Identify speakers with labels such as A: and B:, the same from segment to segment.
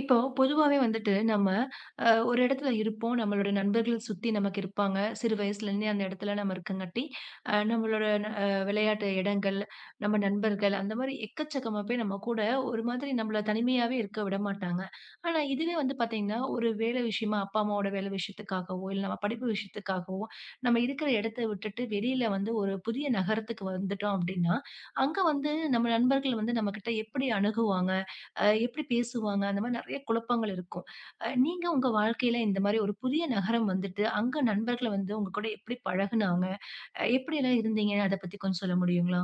A: இப்போ பொதுவாவே வந்துட்டு நம்ம ஒரு இடத்துல இருப்போம். நம்மளோட நண்பர்கள் சுத்தி நமக்கு இருப்பாங்க. சிறு வயசுலேருந்தே அந்த இடத்துல நம்ம இருக்கங்காட்டி, நம்மளோட விளையாட்டு இடங்கள், நம்ம நண்பர்கள் அந்த மாரி எக்கச்சக்கமா போய் நம்ம கூட ஒரு மாதிரி நம்மள தனிமையாவே இருக்க விடமாட்டாங்க. ஆனா இதுவே வந்து பார்த்தீங்கன்னா, ஒரு வேலை விஷயமா அப்பா, அம்மாவோட வேலை விஷயத்துக்காகவோ, இல்ல நம்ம படிப்பு விஷயத்துக்காகவோ, நம்ம இருக்கிற இடத்த விட்டுட்டு வெளியில வந்து ஒரு புதிய நகரத்துக்கு வந்துட்டோம் அப்படின்னா, அங்க வந்து நம்ம நண்பர்கள் வந்து நம்மகிட்ட எப்படி அணுகுவாங்க? எப்படி பேசுவாங்க? அந்த மாரி நெறைய குழப்பங்கள் இருக்கும். நீங்க உங்க வாழ்க்கையில இந்த மாரி ஒரு புதிய நகரம் வந்துட்டு, அங்க நண்பர்கள வந்து உங்க கூட எப்படி பழகுனாங்க? எப்படிலாம் இருந்தீங்க? அத பத்தி கொஞ்சம் சொல்ல முடியுங்களா?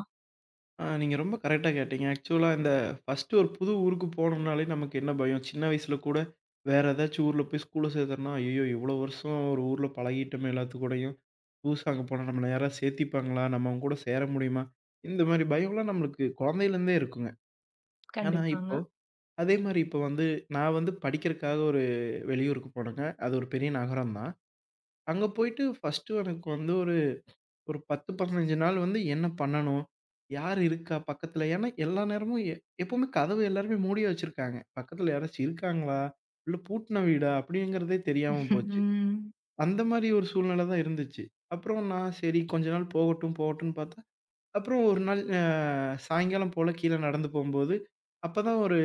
B: நீங்க ரொம்ப கரெக்ட்டா கேட்டீங்க. ஆக்சுவலா இந்த ஃபர்ஸ்ட்டு ஒரு புது ஊருக்கு போனோம்னாலே நமக்கு என்ன பயம், சின்ன வயசுல கூட வேற ஏதாச்சும் ஊர்ல போய் ஸ்கூல்ல சேர்த்தோம்னா, ஐயய்யோ! இவ்வளோ வருஷம் ஒரு ஊர்ல பழகிட்டோமே எல்லாத்து கூடயும், புதுசா அங்க போனா நம்மள யாராவது சேர்த்திப்பாங்களா? நம்ம அவங்க கூட சேர முடியுமா? இந்த மாரி பயம்லாம் நம்மளுக்கு குழந்தையிலேருந்தே இருக்குங்க. ஆனா இப்போ
A: கண்டிப்பாங்க.
B: அதே மாரி இப்போ வந்து நான் வந்து படிக்கிறக்காக ஒரு வெளியூருக்கு போனேங்க. அது ஒரு பெரிய நகரம் தான். அங்க போயிட்டு ஃபர்ஸ்ட்டு எனக்கு வந்து ஒரு 10, 15 நாள் வந்து என்ன பண்ணணும்? யார் இருக்கா பக்கத்துல? ஏன்னா எல்லா நேரமும் எப்பவுமே கதவு எல்லாருமே மூடியே வச்சிருக்காங்க. பக்கத்துல யாராச்சும் இருக்காங்களா? இல்ல பூட்டுன வீடா? அப்படிங்கிறதே தெரியாம போச்சு.
A: ம்.
B: அந்த மாரி ஒரு சூழ்நிலை தான் இருந்துச்சு. அப்புறம் நான் சரி கொஞ்ச நாள் போகட்டும், போகட்டும்ன்னு பார்த்தா, அப்புறம் ஒரு நாள் சாயங்காலம் போல கீழ நடந்து போம்போது, அப்பதான் ஒரு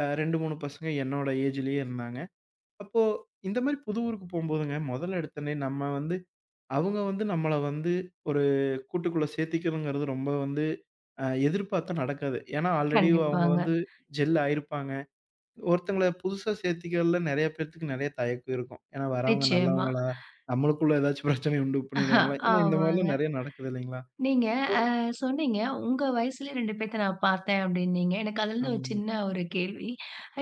B: 2, 3 பசங்க என்னோட ஏஜ்லயே இருந்தாங்க. அப்போ இந்த மாரி புது ஊருக்கு போம்போதுங்க, முதல்ல எடுத்தோனே நம்ம வந்து அவங்க வந்து நம்மள வந்து ஒரு கூட்டுக்குள்ள சேர்த்திக்கணுங்கிறது ரொம்ப வந்து எதிர்பார்த்தா நடக்காது. ஏன்னா, ஆல்ரெடி அவங்க
A: கண்டிப்பாங்க.
B: வந்து ஜெல் ஆயிருப்பாங்க. ஒருத்தங்கள புதுசா சேர்த்திக்கிறதுல நெறைய பேத்துக்கு நெறைய தயக்கம் இருக்கும். ஏன்னா, வரவங்க
A: நிச்சயமா.
B: நல்லவங்களா? நம்மளுக்குள்ள ஏதாச்சும் பிரச்சனைய உண்டு பண்ணிருவாங்களா? ஏன்னா, இந்த
A: ஆமாங்க.
B: மாரிலாம் நெறைய நடக்குது இல்லைங்களா?
A: நீங்க
B: ஸோ
A: அ சொன்னீங்க, "உங்க வயசுலயே 2 பேத்த நான் பார்த்தேன்" அப்டின்னீங்க. எனக்கு அதுலருந்து ஒரு
B: ஆமாங்க.
A: சின்ன ஒரு கேள்வி.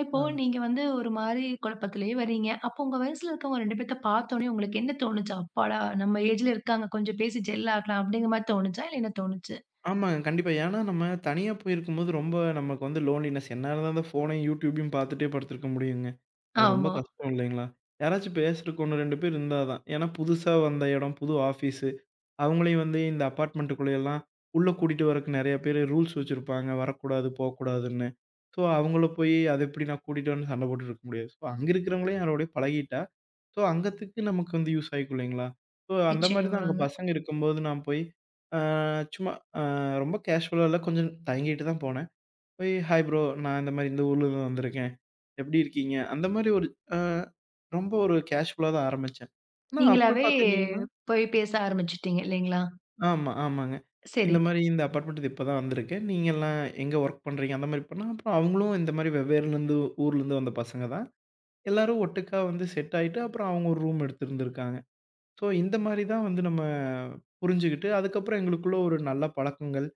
A: இப்போ
B: ஆ.
A: நீங்க வந்து ஒரு மாரி குழப்பத்திலேயே வரீங்க. அப்போ உங்க வயசுல இருக்கவங்க 2 பேத்த பார்த்தோனே உங்களுக்கு என்ன தோணுச்சு? "அப்பாடா! நம்ம ஏஜ்ல இருக்காங்க. கொஞ்சம் பேசி ஜெல் ஆகலாம்" அப்படிங்கிற மாரி தோணுச்சா? இல்ல என்ன தோணுச்சு?
B: ஆமாங்க. கண்டிப்பா. ஏன்னா, நம்ம தனியா போயிருக்கும்போது ரொம்ப நமக்கு வந்து லோன்லினஸ். எந்நேரம் தான் அந்த ஃபோனையும், YouTubeயும் பாத்துட்டே படுத்திருக்க முடியுங்க. அது ரொம்ப
A: ஆமா.
B: கஷ்டம் இல்லைங்களா? யாராச்சும் பேசுறதுக்கு 1, 2 பேர் இருந்தா தான். ஏன்னா புதுசா வந்த இடம், புது ஆஃபீஸ் அவங்களையும் வந்து இந்த அபார்ட்மெண்ட்டுக்குள்ள எல்லாம் உள்ள கூட்டிட்டு வரக்கு நெறைய பேரு ரூல்ஸ் வச்சிருப்பாங்க. வரக்கூடாது, போக்கூடாதுன்னு. ஸோ அவங்கள போயி அத எப்படி நான் கூட்டிட்டு வரேன்னு சண்டை போட்டுட்டு இருக்க முடியாது. ஸோ அங்க இருக்கிறவங்களையும் யாரோடயும் பழகிட்டா, ஸோ அங்கத்துக்கு நமக்கு வந்து யூஸ் ஆயிக்கும் இல்லைங்களா? ஸோ அந்த மாரி தான் அங்க
A: நிச்சயமாங்க.
B: பசங்க இருக்கும்போது நான் போய் அ சும்மா அ ரொம்ப கேஷுவலா இல்ல கொஞ்சம் தயங்கிட்டு தான் போனேன். போய் "ஹாய் ப்ரோ. நான் இந்த மாரி இந்த ஊர்ல இருந்து வந்திருக்கேன். எப்படி இருக்கீங்க?" அந்த மாரி ஒரு அ ரொம்ப ஒரு கேஷுவலா தான் ஆரம்பிச்சேன். ஆனா அப்ப
A: நீங்களாவே
B: பாத்துட்டீங்கன்னா
A: போய் பேச ஆரம்பிச்சுட்டீங்க இல்லைங்களா?
B: ஆமா, ஆமாங்க. இந்த
A: சரிங்க.
B: மாரி இந்த அபார்ட்மெண்ட் இது இப்பதான் வந்திருக்கு. நீங்கலாம் எங்க வொர்க் பண்றீங்க? அந்த மாரி பண்ணா, அப்புறம் அவங்களும் இந்த மாரி வெவ்வேறுலேருந்து ஊர்லேருந்து வந்த பசங்க தான். எல்லாரும் ஒட்டுக்கா வந்து செட் ஆயிட்டு, அப்புறம் அவங்க ஒரு ரூம் எடுத்திருந்திருக்காங்க. ஸோ இந்த மாரி தான் வந்து நம்ம புரிஞ்சுகிட்டு, அதுக்கப்புறம் எங்களுக்குள்ள ஒரு நல்ல பழக்கங்கள்.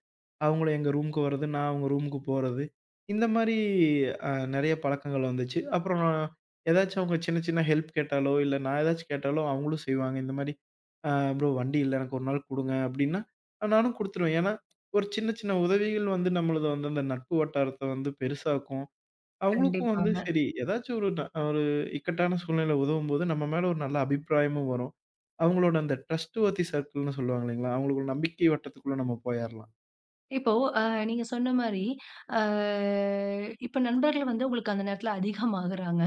B: அவங்கள எங்க ரூமுக்கு வர்றது, நான் அவங்க ரூமுக்கு போறது. இந்த மாரி நெறைய பழக்கங்கள் வந்துச்சு. அப்புறம் நான் ஏதாச்சும் அவங்க சின்ன சின்ன ஹெல்ப் கேட்டாலோ, இல்ல நான் ஏதாச்சும் கேட்டாலோ அவங்களும் செய்வாங்க. இந்த மாரி "அ ப்ரோ வண்டி இல்ல எனக்கு ஒரு நாள் குடுங்க" அப்படின்னா, நானும் குடுத்துருவேன். ஏன்னா, ஒரு சின்ன சின்ன உதவிகள் வந்து நம்மளது வந்து அந்த நட்பு வட்டாரத்த வந்து பெருசாக்கும். அவங்களுக்கும் வந்து
A: கண்டிப்பாங்க.
B: சரி, ஏதாச்சும் ஒரு ஒரு இக்கட்டான சூழ்நிலையில உதவும்போது, நம்ம மேல ஒரு நல்ல அபிப்பிராயமும் வரும். அவங்களோட அந்த ட்ரஸ்ட்வொர்த்தி சர்க்கிள்ன்னு சொல்லுவாங்க இல்லைங்களா? அவங்களுக்கு ஒரு நம்பிக்கை வட்டத்துக்குள்ள நம்ம போயர்லாம்.
A: இப்போ அ நீங்க சொன்ன மாரி, அ இப்ப நண்பர்கள் வந்து உங்களுக்கு அந்த நேரத்துல அதிகமாகுறாங்க.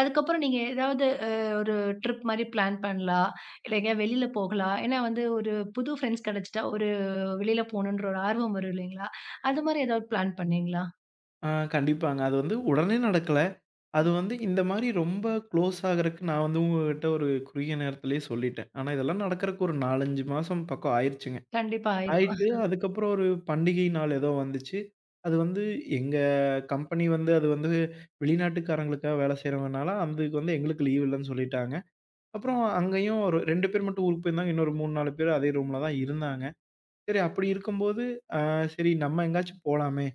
A: அதுக்கப்புறம் நீங்க ஏதாவது ஒரு ட்ரிப் மாரி பிளான் பண்ணலாம். இல்ல எங்கேயாவது வெளியில போகலாம். ஏன்னா வந்து ஒரு புது ஃப்ரெண்ட்ஸ் கிடைச்சிட்டா, ஒரு வெளியில போணுன்ற ஒரு ஆர்வம் வரும் இல்லைங்களா? அது மாரி ஏதாவது பிளான் பண்ணீங்களா?
B: ஆ கண்டிப்பாங்க. அது வந்து உடனே நடக்கல. அது வந்து இந்த மாரி ரொம்ப க்ளோஸ் ஆகுறக்கு நான் வந்து உங்ககிட்ட ஒரு குறுகிய நேரத்திலேயே சொல்லிட்டேன். ஆனா இதெல்லாம் நடக்கறக்கு ஒரு 4, 5 மாசம் பக்கம் ஆயிருச்சுங்க.
A: கண்டிப்பா ஆயிருக்கும்.
B: ஆயிட்டு, அதுக்கப்புறம் ஒரு பண்டிகை நாள் ஏதோ வந்துச்சு. அது வந்து எங்க கம்பெனி வந்து அது வந்து வெளிநாட்டுக்காரங்களுக்காக வேலை செய்றவங்கனால, அதுக்கு வந்து எங்களுக்கு லீவ் இல்லன்னு சொல்லிட்டாங்க. அப்புறம் அங்கேயும் ஒரு 2 பேர் மட்டும் ஊருக்கு போயிருந்தாங்க. இன்னொரு 3, 4 பேர் அதே ரூம்ல தான் இருந்தாங்க. சரி அப்படி இருக்கும்போது, சரி நம்ம எங்கேயாச்சும் போலாமே.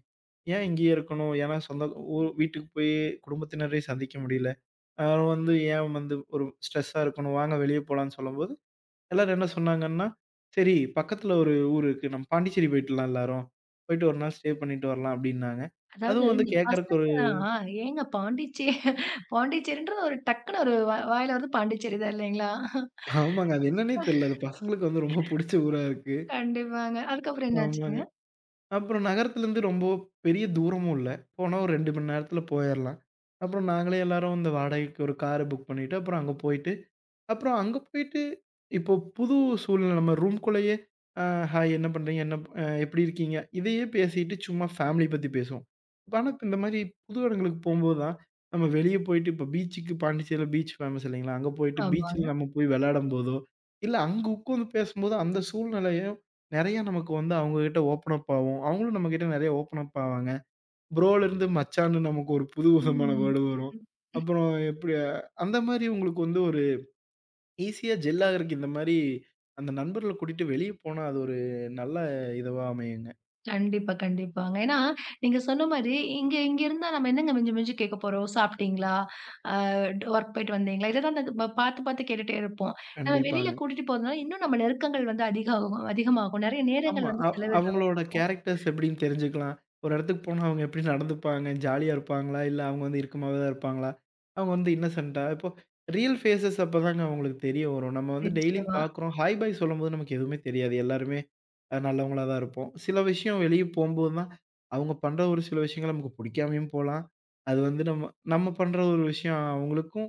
B: ஏன் இங்கேயே இருக்கணும்? ஏன்னா சொந்த ஊர் வீட்டுக்கு போய் குடும்பத்தினரையும் சந்திக்க முடியல. அ வந்து ஏன் வந்து ஒரு ஸ்ட்ரெஸ்ஸா இருக்கணும்? வாங்க வெளியே போலான்னு சொல்லும்போது, எல்லாரும் என்ன சொன்னாங்கன்னா, "சரி பக்கத்துல ஒரு ஊர் இருக்கு. நம்ம பாண்டிச்சேரி போயிடலாம் எல்லாரும். போயிட்டு ஒரு நாள் ஸ்டே பண்ணிட்டு வரலாம்" அப்டின்னாங்க.
A: அதாவது
B: அதுவும் வந்து
A: இந்த
B: கேட்கறக்கு ஒரு
A: பசங்கலாம் ஏங்க பாண்டிச்சேரின்றது ஒரு டக்குனு ஒரு வாயில வரது பாண்டிச்சேரி தான் இல்லைங்களா?
B: ஆமாங்க. அது என்னன்னே தெரியல. அது பசங்களுக்கு வந்து ரொம்ப புடிச்ச ஊரா இருக்கு.
A: கண்டிப்பாங்க. அதுக்கப்புறம் என்ன ஆச்சுங்க?
B: ஆமாங்க. அப்புறம் நகரத்துலருந்து ரொம்ப பெரிய தூரமும் இல்ல. போனா ஒரு 2 மணி நேரத்துல போயறலாம். அப்புறம் நாங்களே எல்லாரும் இந்த வாடகைக்கு ஒரு கார புக் பண்ணிட்டு, அப்புறம் அங்க போயிட்டு அப்புறம் அங்க போயிட்டு இப்போ புது சூழ்நிலை நம்ம ரூம்குள்ளேயே அ ஹாய் என்ன பண்றீங்க? என்ன எப்படி இருக்கீங்க? இதையே பேசிட்டு சும்மா ஃபேமிலி பத்தி பேசுவோம். ஆனா, இப்ப இந்த மாரி புது இடங்களுக்கு போம்போது தான், நம்ம வெளிய போயிட்டு இப்போ பீச்சுக்கு பாண்டிச்சேரியில பீச் ஃபேமஸ் இல்லைங்களா? அங்க போயிட்டு பீச்ல
A: ஆமாங்க.
B: நம்ம போய் விளையாடும்போதோ, இல்ல அங்க உட்காந்து பேசும்போது அந்த சூழ்நிலையும் நெறையா நமக்கு வந்து அவங்ககிட்ட ஓப்பன் அப் ஆவோம். அவங்களும் நம்மகிட்ட நெறைய ஓப்பன் அப் ஆவாங்க. ப்ரோலருந்து மச்சான்னு நமக்கு ஒரு புது விதமான
A: ம்.
B: வேர்டு வரும். அப்புறம் எப்படி அந்த மாரி உங்களுக்கு வந்து ஒரு ஈஸியா ஜெல் ஆகுறக்கு இந்த மாரி, அந்த நண்பர்கள கூட்டிட்டு வெளிய போனா, அது ஒரு நல்ல இதுவா அமையுங்க.
A: கண்டிப்பா, கண்டிப்பாங்க. ஏன்னா, நீங்க சொன்ன மாரி, இங்க இங்க இருந்தா நம்ம என்னங்க மிஞ்சி மிஞ்சி கேட்க போறோம்? சாப்பிட்டீங்களா? அ வொர்க் போயிட்டு வந்தீங்களா? இத தான் நம்ம பார்த்து பார்த்து கேட்டுட்டே இருப்போம். நம்ம வெளியில
B: கண்டிப்பாங்க.
A: கூட்டிட்டு போறதுனால, இன்னும் நம்ம நெருக்கங்கள் வந்து அதிகமாகும். நெறைய
B: ஆமா.
A: நேரங்கள் வந்து செலவிடுற மாரி
B: அவங்களோட
A: இருக்கும்.
B: கேரக்டர்ஸ் எப்படின்னு தெரிஞ்சுக்கலாம். ஒரு இடத்துக்கு போனா அவங்க எப்படி நடந்துப்பாங்க? ஜாலியா இருப்பாங்களா? இல்ல அவங்க வந்து இறுக்கமாவே தான் இருப்பாங்களா? அவங்க வந்து இன்னசென்ட்டா? இப்போ ரியல் ஃபேஸஸ் அப்பதாங்க அவங்களுக்கு தெரிய வரும். நம்ம வந்து டெய்லியும்
A: நிச்சயமா.
B: பார்க்குறோம். ஹாய், பாய் சொல்லும்போது நமக்கு எதுவுமே தெரியாது. எல்லாருமே நல்லவங்களா தான் இருப்போம். சில விஷயம் வெளிய போம்போது தான், அவங்க பண்ற ஒரு சில விஷயங்கள் நமக்கு புடிக்காமயும் போலாம். அது வந்து நம்ம நம்ம பண்ற ஒரு விஷயம் அவங்களுக்கும்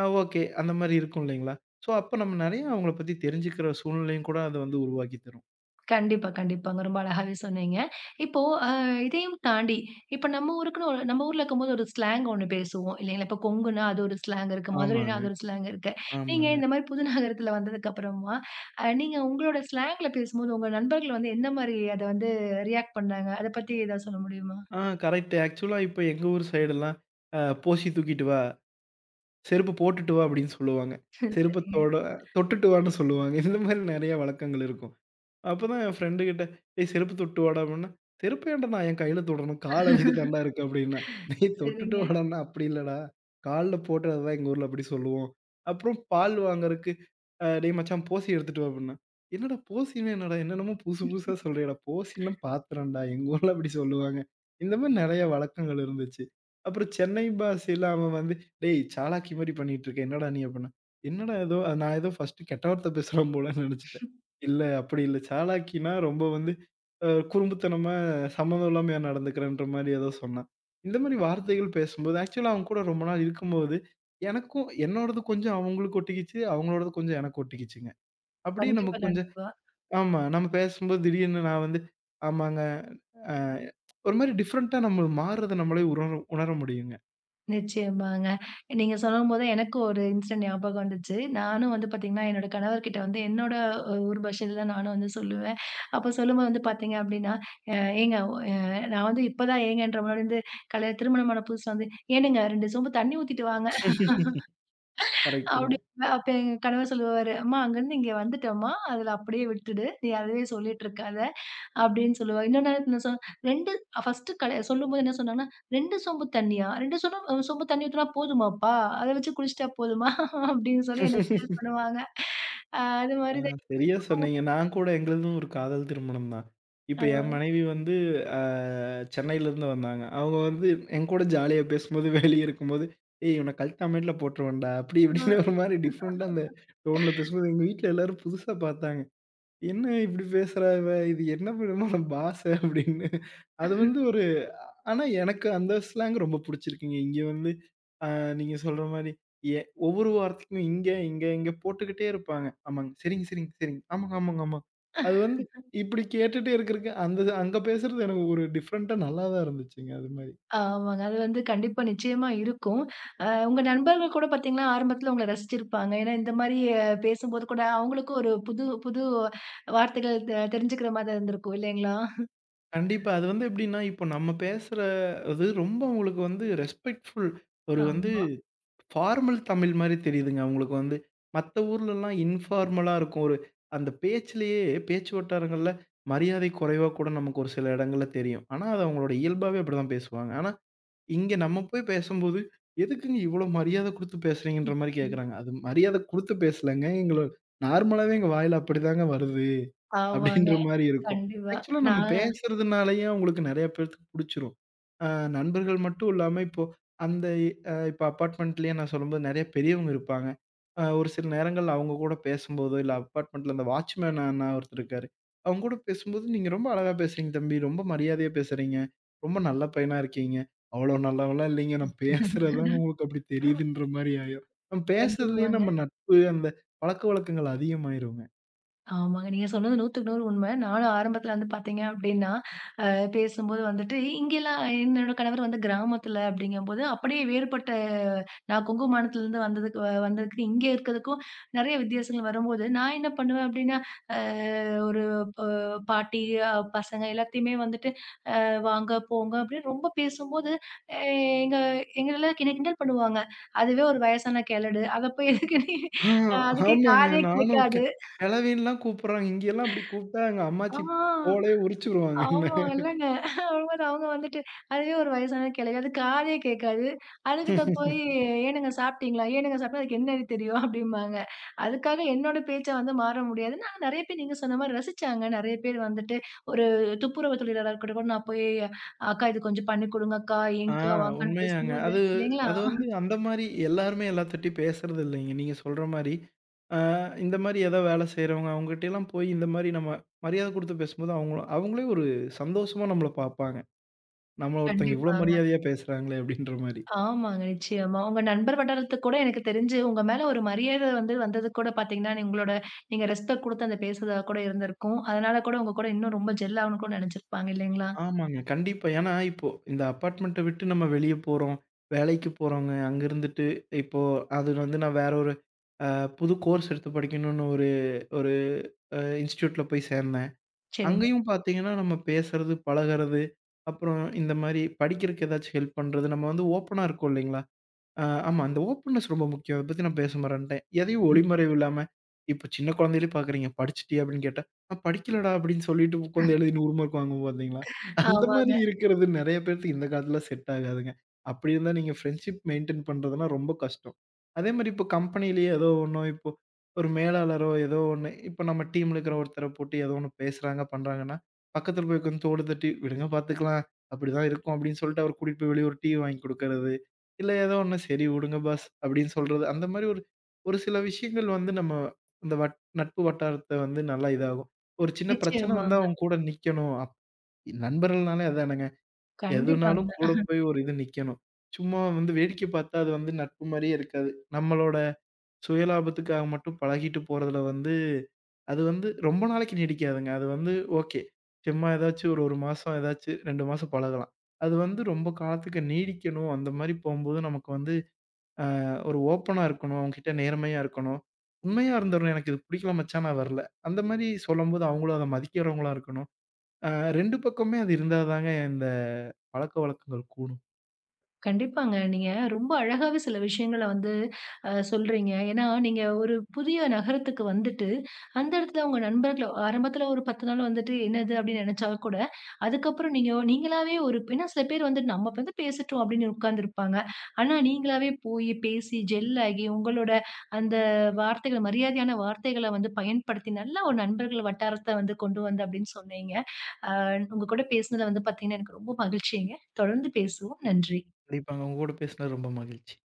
B: ஓகே. அந்த மாரி இருக்கும் இல்லைங்களா? ஸோ அப்ப நம்ம நெறைய அவங்கள பத்தி தெரிஞ்சுக்கிற சூழ்நிலையும் கூட அது வந்து உருவாக்கி தரும்.
A: கண்டிப்பா, கண்டிப்பாங்க. ரொம்ப அழகாவே சொன்னீங்க. இப்போ அ இதையும் தாண்டி, இப்ப நம்ம ஊருக்குன்னு ஒரு நம்ம ஊர்ல இருக்கும்போது ஒரு ஸ்லாங் ஒண்ணு பேசுவோம் இல்லைங்களா? இப்ப கொங்குன்னா அது ஒரு ஸ்லாங் இருக்கு. மதுரைன்னா
B: ஆமாங்க,
A: அது ஒரு ஸ்லாங் இருக்கு. நீங்க
B: ஆமாங்க.
A: இந்த மாரி புது நகரத்துல வந்ததுக்கு அப்புறமா, நீங்க உங்களோட ஸ்லாங்ல பேசும்போது உங்க நண்பர்கள் வந்து எந்த மாரி அத வந்து ரியாக்ட் பண்ணாங்க? அத பத்தி ஏதாவது சொல்ல முடியுமா?
B: ஆ கரெக்ட்டு. ஆக்சுவலா இப்ப எங்க ஊர் சைடுலாம் "போசி தூக்கிட்டு வா, செருப்பு போட்டுட்டு வா" அப்படின்னு சொல்லுவாங்க. "செருப்ப
A: சரிங்க.
B: தொட்டுட்டு வான்னு" சொல்லுவாங்க. இந்த மாரி நெறைய வழக்கங்கள் இருக்கும். அப்பதான் என் ஃப்ரெண்டு கிட்ட, "ஏய் செருப்பு தொட்டு வாடா" அப்படின்னா, "செருப்பு ஏன்டா நான் என் கையில தொடணும்? கால் அதுக்கு தான்டா இருக்கு" அப்படின்னேன். "டேய் தொட்டுட்டு
A: சரிங்க.
B: வாடான்னா, அப்படி இல்லடா. கால்ல போட்டு அதுதான் எங்க ஊர்ல அப்படி சொல்லுவோம்." அப்புறம் பால் வாங்குறக்கு, "டேய் மச்சான் போசி எடுத்துட்டு வா" அப்படின்னா, "என்னடா போசின்னா என்னடா? என்னென்னமோ புதுசு புதுசா சொல்றியேடா. போசின்னா பாத்திரம்டா. எங்க ஊர்ல அப்படி சொல்லுவாங்க." இந்த மாதிரி நெறைய வழக்கங்கள் இருந்துச்சு. அப்புறம் சென்னை பாஷையில அவன் வந்து, "டேய் சாலாக்கி மாரி பண்ணிட்டு இருக்க. என்னடா நீ?" அப்படின்னா, "என்னடா ஏதோ அது நான் ஏதோ ஃபர்ஸ்ட்டு கெட்ட வார்த்தை பேசுறோம் போலன்னு நெனைச்சுட்டேன்." இல்ல, அப்படி இல்ல. சாலாக்கின்னா ரொம்ப வந்து குறும்புத்தனமா, சம்மந்தம் இல்லாமயா நடந்துக்கிறேன்ற மாரி ஏதோ சொன்னா. இந்த மாரி வார்த்தைகள் பேசும்போது, ஆக்சுவலா அவங்க கூட ரொம்ப நாள் இருக்கும்போது, எனக்கும் என்னோடது கொஞ்சம் அவங்களுக்கு ஒட்டிக்கிச்சு. அவங்களோடது கொஞ்சம் எனக்கு ஒட்டிக்கிச்சுங்க. அப்படியே
A: கண்டிப்பா,
B: நமக்கு கொஞ்சம்
A: கண்டிப்பா.
B: ஆமா. நம்ம பேசும்போது திடீர்னு நான் வந்து, ஆமாங்க. அ ஒரு மாரி டிஃபரெண்ட்டா நம்ம மாறுறத நம்மளே உணர உணர முடியுங்க.
A: நிச்சயமாங்க. நீங்க சொல்லும்போது எனக்கும் ஒரு இன்சிடென்ட் ஞாபகம் வந்துச்சு. நானும் வந்து பார்த்தீங்கன்னா, என்னோட கணவர்கிட்ட வந்து என்னோட ஊர் பாஷையில தான் நானும் வந்து சொல்லுவேன். அப்ப சொல்லும்போது வந்து பார்த்தீங்க அப்டின்னா, அ ஏங்க அ நான் வந்து இப்ப தான் ஏங்கன்ற முன்னாடி வந்து திருமணமான புதுசுல வந்து, "ஏனுங்க 2 சொம்பு தண்ணி ஊத்திட்டு வாங்க" அப்டி
B: கரெக்ட்டுங்க.
A: அப்ப எங்க கணவர் சொல்லுவாரு, "அம்மா அங்கருந்து இங்க வந்துட்டோம்மா, அதுல அப்டியே விட்டுடு. நீ அதுவே சொல்லிட்டு இருக்காத" அப்படின்னு சொல்லுவாங்க. இன்னொரு நேரத்துல நான் சொன்னேன், 2 ஃபர்ஸ்ட் கட சொல்லும்போது என்ன சொன்னாங்கன்னா, "2 சொம்பு தண்ணியா? 2 சொம்பு சொம்பு தண்ணி ஊத்துனா போதுமாப்பா? அத வச்சு குடிச்சுட்டா போதுமா?" அப்படின்னு சொல்லி என்ன கிண்டல் பண்ணுவாங்க. அது
B: ஆ,
A: மாரி தான்
B: சரியா சொன்னீங்க. நான் கூட எங்களுதும் ஒரு காதல் திருமணம் தான். இப்ப
A: அ
B: என் மனைவி வந்து அ சென்னையிலருந்து வந்தாங்க. அவங்க வந்து என்கூட ஜாலியா பேசும்போது, வெளிய இருக்கும்போது, "ஏய் இவன கழட்டி அமேட்ல போட்டுருவேன்டா" அப்படி இப்படின்னு
A: அ
B: ஒரு மாரி டிஃப்ரெண்ட்டா அந்த டோன்ல பேசும்போது, எங்க வீட்ல எல்லாரும் புதுசா பார்த்தாங்க. "என்ன இப்படி பேசுறா இவ? இது என்ன விதமான பாஷை?" அப்படின்னு. அது வந்து ஒரு ஆனா, எனக்கு அந்த ஸ்லாங் ரொம்ப புடிச்சிருக்குங்க. இங்க வந்து அ நீங்க சொல்ற மாரி எ ஒவ்வொரு வார்த்தைக்கும் இங்க, இங்க, இங்க போட்டுக்கிட்டே இருப்பாங்க. ஆமாங்க. சரிங்க, சரிங்க, சரிங்க. ஆமாங்க, ஆமாங்க, ஆமாங்க. அது வந்து இப்டி கேட்டுட்டே இருக்கறக்கு, அந்த அங்க பேசுறது எனக்கு ஒரு டிஃப்ரெண்ட்டா நல்லா தான் இருந்துச்சுங்க அது மாரி.
A: ஆமாங்க. அது வந்து கண்டிப்பா நிச்சயமா இருக்கும். உங்க நண்பர்கள் கூட பார்த்தீங்கன்னா, ஆரம்பத்துல உங்கள ரசிச்சிருப்பாங்க. ஏன்னா இந்த மாரி பேசும்போது கூட அவங்களுக்கும் ஒரு புது புது வார்த்தைகள் தெரிஞ்சுக்கிற மாதிரி இருந்திருக்கும் இல்லைங்களா?
B: கண்டிப்பா. அது வந்து எப்டின்னா, இப்போ நம்ம பேசுற அது ரொம்ப அவங்களுக்கு வந்து ரெஸ்பெக்ட்ஃபுல் ஒரு வந்து
A: ஆமா.
B: ஃபார்மல் தமிழ் மாரி தெரியுதுங்க. அவங்களுக்கு வந்து மத்த ஊர்லலாம் இன்ஃபார்மலா இருக்கும். ஒரு அந்த பேச்சிலேயே பேச்சு வட்டாரங்கள்ல மரியாதை குறைவா கூட நமக்கு ஒரு சில இடங்கள்ல தெரியும். ஆனா, அது அவங்களோட இயல்பாவே அப்படிதான் பேசுவாங்க. ஆனா, இங்க நம்ம போய் பேசும்போது, "எதுக்குங்க இவ்வளோ மரியாதை குடுத்து பேசுறீங்கன்ற" மாரி கேட்குறாங்க. அது மரியாதை குடுத்து பேசலங்க. எங்கள நார்மலாவே எங்க வாயில அப்படிதாங்க வருது.
A: ஆமாங்க.
B: அப்படின்ற மாரி இருக்கும்.
A: கண்டிப்பா.
B: ஆக்சுவலா நம்ம
A: நான்
B: பேசுறதுனாலயே அவங்களுக்கு நெறைய பேத்துக்கு புடிச்சிரும். அ நண்பர்கள் மட்டும் இல்லாம இப்போ அந்த இப்ப அபார்ட்மெண்ட்லயே நான் சொல்லும்போது நெறைய பெரியவங்க இருப்பாங்க. ஒரு சில நேரங்கள்ல அவங்க கூட பேசும்போதோ, இல்ல அபார்ட்மெண்ட்ல அந்த வாட்ச்மேன் அண்ணா ஒருத்தர் இருக்காரு. அவங்க கூட பேசும்போது, "நீங்க ரொம்ப அழகா பேசுறீங்க தம்பி. ரொம்ப மரியாதையா பேசுறீங்க. ரொம்ப நல்ல பையனா இருக்கீங்க. அவ்வளோ நல்லவன்லாம் இல்லைங்க. நான் பேசுறது தாங்க உங்களுக்கு அப்படி தெரியுதுன்ற" மாரி ஆயிரும். நம்ம பேசுறதுலயே
A: கண்டிப்பாங்க.
B: நம்ம நட்பு, அந்த பழக்கவழக்கங்கள் அதிகமாயிருங்க.
A: ஆமாங்க. நீங்க சொன்னது 100க்கு 100 உண்ம. நானும் ஆரம்பத்துல வந்து பாத்தீங்க அப்டின்னா, அ பேசும்போது வந்துட்டு இங்கேல்லாம் என்னோட கணவர் வந்து கிராமத்துல அப்டிங்கும்போது, அப்படியே வேறுபட்ட நான் குங்குமமானத்துலருந்து வந்ததுக்கு இங்க இருக்கதுக்கும் நெறைய வித்தியாசங்கள் வரும்போது, நான் என்ன பண்ணுவேன் அப்டின்னா, அ ஒரு அ பாட்டி, அ பசங்க எல்லாத்தையுமே வந்துட்டு வாங்க, போங்க அப்டின்னு ரொம்ப பேசும்போது, அ எங்க எங்கள கிண்டல் கிண்டல் பண்ணுவாங்க. அதுவே ஒரு வயசான கேழடு. அத போய் எதுக்கு நீ
B: ஆ,
A: அதுக்கே
B: ஆமாங்க.
A: காதே
B: நானும்
A: கேட்காது.
B: கெழவின்லாம் கூப்புடுறாங்க. இங்கெல்லாம் அப்படி கூப்ட்டா எங்க
A: ஆ.
B: அம்மாச்சி தோலையே உரிச்சுருவாங்க என்ன.
A: ஆமா, இல்லங்க. வரும்போது அவங்க வந்துட்டு அதுவே ஒரு வயசான கிழவி. அது காதே கேட்காது. அதுகிட்ட போய் "ஏனுங்க சாப்பிட்டீங்களா? ஏனுங்க சாப்பிட்டா?" அதுக்கு என்னன்னு தெரியும் அப்டிம்பாங்க. அதுக்காக என்னோட பேச்ச வந்து மாற முடியாது. ஆனா நெறைய பேர் நீங்க சொன்ன மாரி ரசிச்சாங்க. நெறைய பேர் வந்துட்டு ஒரு துப்புரவு தொழிலாளரா இருக்கட்டும் கூட நான் போய் "அக்கா இது கொஞ்சம் பண்ணி குடுங்க அக்கா,
B: ஆ
A: ஏன்க்கா, வாங்கான்னு"
B: உண்மையாங்க.
A: பேசும்போது
B: அது
A: இல்லைங்களா?
B: அது வந்து அந்த மாரி எல்லாருமே எல்லாத்துட்டயும் பேசுறது இல்லைங்க. நீங்க சொல்ற மாரி. ஆ இந்த மாரி ஏதோ வேலை செய்றவங்க அவங்ககிட்டலாம் போய் இந்த மாரி நம்ம மரியாதை குடுத்து பேசும்போது அவங்களும் அவங்களே ஒரு சந்தோஷமா நம்மள பாப்பாங்க. நம்மள ஒருத்தங்க இவ்ளோ
A: கண்டிப்பாங்க.
B: மரியாதையா பேசுறாங்களே அப்படின்ற மாரி.
A: ஆமாங்க. நிச்சயமா. உங்க நண்பர் வட்டாரத்துக்கு கூட எனக்கு தெரிஞ்சு, உங்க மேல ஒரு மரியாதை வந்து வந்ததுக்கு கூட பார்த்தீங்கன்னா, நீங்க ரெஸ்பெக்ட் குடுத்து அந்த பேசுறதா கூட இருந்திருக்கும். அதனால கூட உங்க கூட இன்னும் ரொம்ப ஜெல் ஆகணும்னு கூட நெனச்சிருப்பாங்க இல்லைங்களா?
B: ஆமாங்க. கண்டிப்பா. ஏன்னா, இப்போ இந்த அபார்ட்மெண்ட்ட விட்டு நம்ம வெளிய போறோம். வேலைக்கு போறோங்க. அங்க இருந்துட்டு இப்போ அது வந்து நான் வேற ஒரு அ புது கோர்ஸ் எடுத்து படிக்கணும்னு ஒரு ஒரு இன்ஸ்டிடியூட்ல போய் சேர்ந்தேன்.
A: சரிங்க.
B: அங்கேயும் பார்த்தீங்கன்னா, நம்ம பேசுறது, பழகுறது, அப்புறம் இந்த மாரி படிக்கிறதுக்கு ஏதாச்சும் ஹெல்ப் பண்றது, நம்ம வந்து ஓப்பனா இருக்கோம் இல்லைங்களா? ஆ ஆமா. அந்த ஓப்பன்நெஸ் ரொம்ப முக்கியம். அத பத்தி நான் பேச மறந்துட்டேன். எதையும் ஒளிமறைவு இல்லாம, இப்போ சின்ன குழந்தையிலே பார்க்குறீங்க. "படிச்சுட்டியா?" அப்படின்னு கேட்டா, "நான் படிக்கலடா" அப்படின்னு சொல்லிட்டு உட்காந்து எழுதி 100 மார்க் வாங்குவோம் பார்த்தீங்களா? அந்த மாரி
A: ஆமாங்க.
B: இருக்கிறது நெறைய பேத்துக்கு இந்த காலத்துல செட் ஆகாதுங்க. அப்படி இருந்தா நீங்க ஃப்ரெண்ட்ஷிப் மெயின்டெயின் பண்றதுனா ரொம்ப கஷ்டம். அதே மாரி இப்போ கம்பெனியிலேயே ஏதோ ஒண்ணோ, இப்போ ஒரு மேலாளரோ ஏதோ ஒண்ணு, இப்போ நம்ம டீம்ல இருக்கிற ஒருத்தர போட்டு ஏதோ ஒண்ணு பேசுறாங்க, பண்றாங்கன்னா, பக்கத்துல போய் உட்காந்து தோடு தட்டி, "விடுங்க பார்த்துக்கலாம். அப்படிதான் இருக்கும்" அப்படின்னு சொல்லிட்டு அவர கூட்டிட்டு போய் வெளிய ஒரு டீ வாங்கி குடுக்கறது. இல்ல ஏதோ ஒண்ணு "சரி விடுங்க பாஸ்" அப்படின்னு சொல்றது. அந்த மாரி ஒரு ஒரு சில விஷயங்கள் வந்து நம்ம இந்த வட் நட்பு வட்டாரத்த வந்து நல்லா இதாகும். ஒரு சின்ன பிரச்சனை வந்தா
A: நிச்சயமாங்க.
B: அவங்க கூட நிக்கணும். நண்பர்கள்னாலே அதானங்க.
A: கண்டிப்பாங்க.
B: எதுனாலும் கூட போய் ஒரு இது நிக்கணும். சும்மா வந்து வேடிக்கை பார்த்தா அது வந்து நட்பு மாரியே இருக்காது. நம்மளோட சுயலாபத்துக்காக மட்டும் பழகிட்டு போறதுல வந்து அது வந்து ரொம்ப நாளைக்கு நீடிக்காதுங்க. அது வந்து ஓகே. சும்மா ஏதாச்சும் ஒரு 1 மாசம் ஏதாச்சும் 2 மாசம் பழகலாம். அது வந்து ரொம்ப காலத்துக்கு நீடிக்கணும். அந்த மாரி போம்போது நமக்கு வந்து ஒரு ஓப்பனா இருக்கணும். அவங்ககிட்ட நேர்மையா இருக்கணும். உண்மையா இருந்துரணும். எனக்கு இது பிடிக்கல மச்சான் நான் வரல. அந்த மாரி சொல்லும்போது அவங்களும் அத மதிக்கிறவங்களா இருக்கணும். அ 2 பக்கமுமே அது இருந்தா தாங்க இந்த பழக்கவழக்கங்கள் கூடும்.
A: கண்டிப்பாங்க. நீங்க ரொம்ப அழகாவே சில விஷயங்கள வந்து சொல்றீங்க. ஏன்னா, நீங்க ஒரு புதிய நகரத்துக்கு வந்துட்டு, அந்த இடத்துல உங்க நண்பர்கள ஆரம்பத்துல ஒரு 10 நாள் வந்துட்டு என்னது அப்டின்னு நெனச்சா கூட, அதுக்கப்புறம் நீங்களாவே ஒரு ஏன்னா சில பேர் வந்துட்டு நம்ம வந்து பேசட்டும் அப்டின்னு உட்கார்ந்துருப்பாங்க. ஆனா நீங்களாவே போய் பேசி ஜெல் ஆகி, உங்களோட அந்த மரியாதையான வார்த்தைகள வந்து பயன்படுத்தி, நல்ல ஒரு நண்பர்கள் வட்டாரத்த வந்து கொண்டு வந்த அப்டின்னு சொன்னீங்க. அ உங்க கூட பேசினதுல வந்து பார்த்தீங்கன்னா, எனக்கு ரொம்ப மகிழ்ச்சிங்க. தொடர்ந்து பேசுவோம். நன்றி.
B: கண்டிப்பாங்க. உங்க கூட பேசினது ரொம்ப மகிழ்ச்சி.